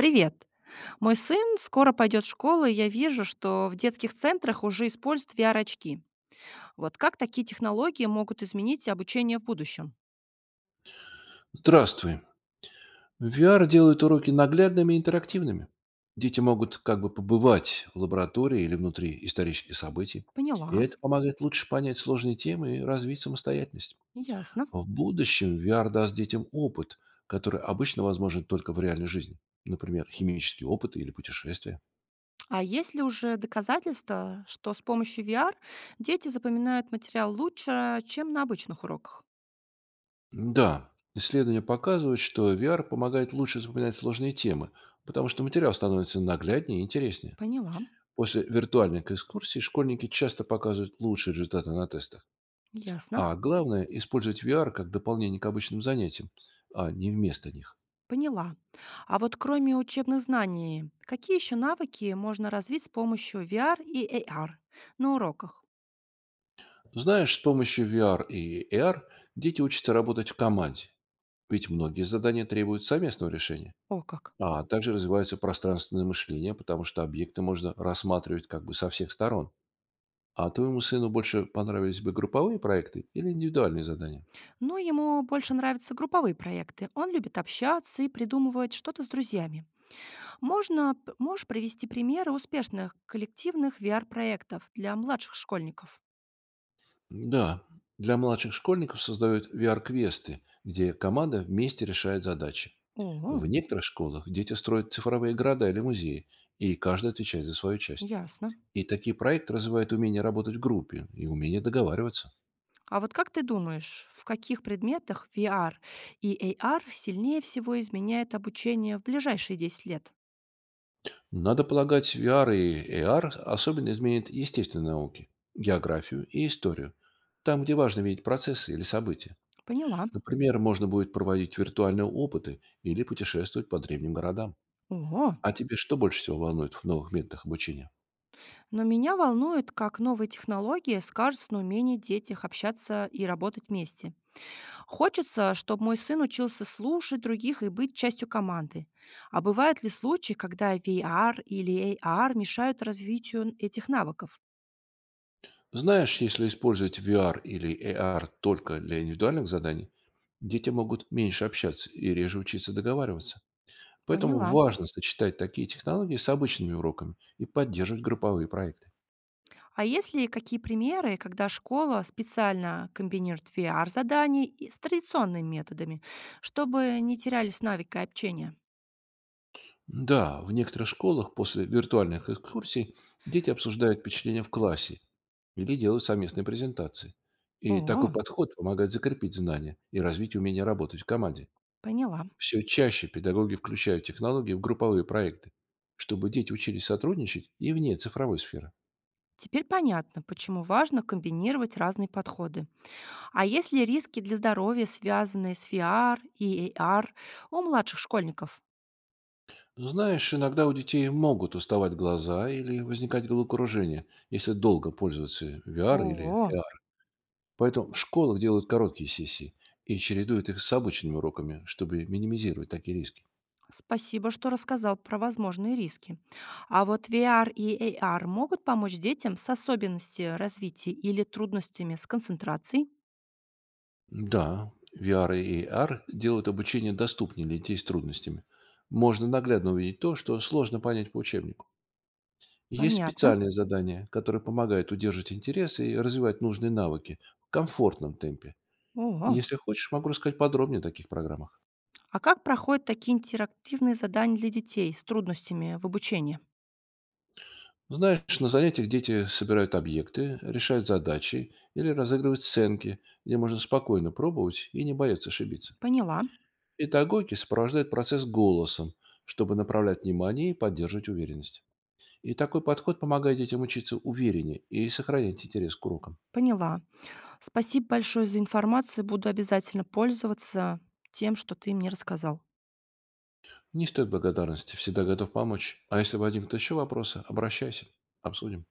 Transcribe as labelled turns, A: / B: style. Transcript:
A: Привет. Мой сын скоро пойдет в школу, и я вижу, что в детских центрах уже используют VR-очки. Вот как такие технологии могут изменить обучение в будущем?
B: Здравствуй. VR делает уроки наглядными и интерактивными. Дети могут как бы побывать в лаборатории или внутри исторических событий. И
A: Поняла.
B: это помогает лучше понять сложные темы и развить самостоятельность.
A: Ясно.
B: В будущем VR даст детям опыт, который обычно возможен только в реальной жизни. Например, химические опыты или путешествия.
A: А есть ли уже доказательства, что с помощью VR дети запоминают материал лучше, чем на обычных уроках?
B: Да, исследования показывают, что VR помогает лучше запоминать сложные темы, потому что материал становится нагляднее и интереснее.
A: Поняла.
B: После виртуальных экскурсий школьники часто показывают лучшие результаты на тестах.
A: Ясно.
B: А главное – использовать VR как дополнение к обычным занятиям, а не вместо них.
A: Поняла. А вот кроме учебных знаний, какие еще навыки можно развить с помощью VR и AR на уроках?
B: Знаешь, с помощью VR и AR дети учатся работать в команде, ведь многие задания требуют совместного решения.
A: О как.
B: А также развивается пространственное мышление, потому что объекты можно рассматривать как бы со всех сторон. А твоему сыну больше понравились бы групповые проекты или индивидуальные задания?
A: Но ему больше нравятся групповые проекты. Он любит общаться и придумывать что-то с друзьями. Можешь привести примеры успешных коллективных VR-проектов для младших школьников?
B: Да, для младших школьников создают VR-квесты, где команда вместе решает задачи.
A: О,
B: В некоторых школах дети строят цифровые города или музеи, и каждый отвечает за свою часть.
A: ясно.
B: И такие проекты развивают умение работать в группе и умение договариваться.
A: А вот как ты думаешь, в каких предметах VR и AR сильнее всего изменяет обучение в ближайшие 10 лет?
B: Надо полагать, VR и AR особенно изменят естественные науки, географию и историю, там, где важно видеть процессы или события.
A: Поняла.
B: Например, можно будет проводить виртуальные опыты или путешествовать по древним городам.
A: О,
B: А тебе что больше всего волнует в новых методах обучения?
A: но меня волнует, как новые технологии скажутся на умении детях общаться и работать вместе. Хочется, чтобы мой сын учился слушать других и быть частью команды. А бывают ли случаи, когда VR или AR мешают развитию этих навыков?
B: Знаешь, если использовать V R или A R только для индивидуальных заданий, дети могут меньше общаться и реже учиться договариваться. Поэтому
A: Поняла.
B: важно сочетать такие технологии с обычными уроками и поддерживать групповые проекты.
A: А есть ли какие примеры, когда школа специально комбинирует VR-задания с традиционными методами, чтобы не терялись навыки общения?
B: Да, в некоторых школах после виртуальных экскурсий дети обсуждают впечатления в классе или делают совместные презентации. И
A: О,
B: такой подход помогает закрепить знания и развить умение работать в команде.
A: поняла.
B: Все чаще педагоги включают технологии в групповые проекты, чтобы дети учились сотрудничать и вне цифровой сферы.
A: Теперь понятно, почему важно комбинировать разные подходы. А есть ли риски для здоровья, связанные с VR и AR у младших школьников?
B: Знаешь, иногда у детей могут уставать глаза или возникать головокружение, если долго пользоваться VR или
A: О,
B: AR. Поэтому в школах делают короткие сессии и чередуют их с обычными уроками, чтобы минимизировать такие риски.
A: спасибо, что рассказал про возможные риски. А вот VR и AR могут помочь детям с особенностями развития или трудностями с концентрацией?
B: Да, VR и AR делают обучение доступнее для детей с трудностями. Можно наглядно увидеть то, что сложно понять по учебнику. Есть
A: Понятно.
B: специальные задания, которые помогают удерживать интерес и развивать нужные навыки в комфортном темпе.
A: О,
B: Если хочешь, могу рассказать подробнее о таких программах.
A: а как проходят такие интерактивные задания для детей с трудностями в обучении?
B: Знаешь, на занятиях дети собирают объекты, решают задачи или разыгрывают сценки, где можно спокойно пробовать и не бояться ошибиться.
A: Поняла,
B: Педагоги сопровождают процесс голосом, чтобы направлять внимание и поддерживать уверенность. И такой подход помогает детям учиться увереннее и сохранять интерес к урокам.
A: поняла. Спасибо большое за информацию. Буду обязательно пользоваться тем, что ты мне рассказал.
B: Не стоит благодарности, всегда готов помочь. А если возникнут еще вопросы, обращайся, обсудим.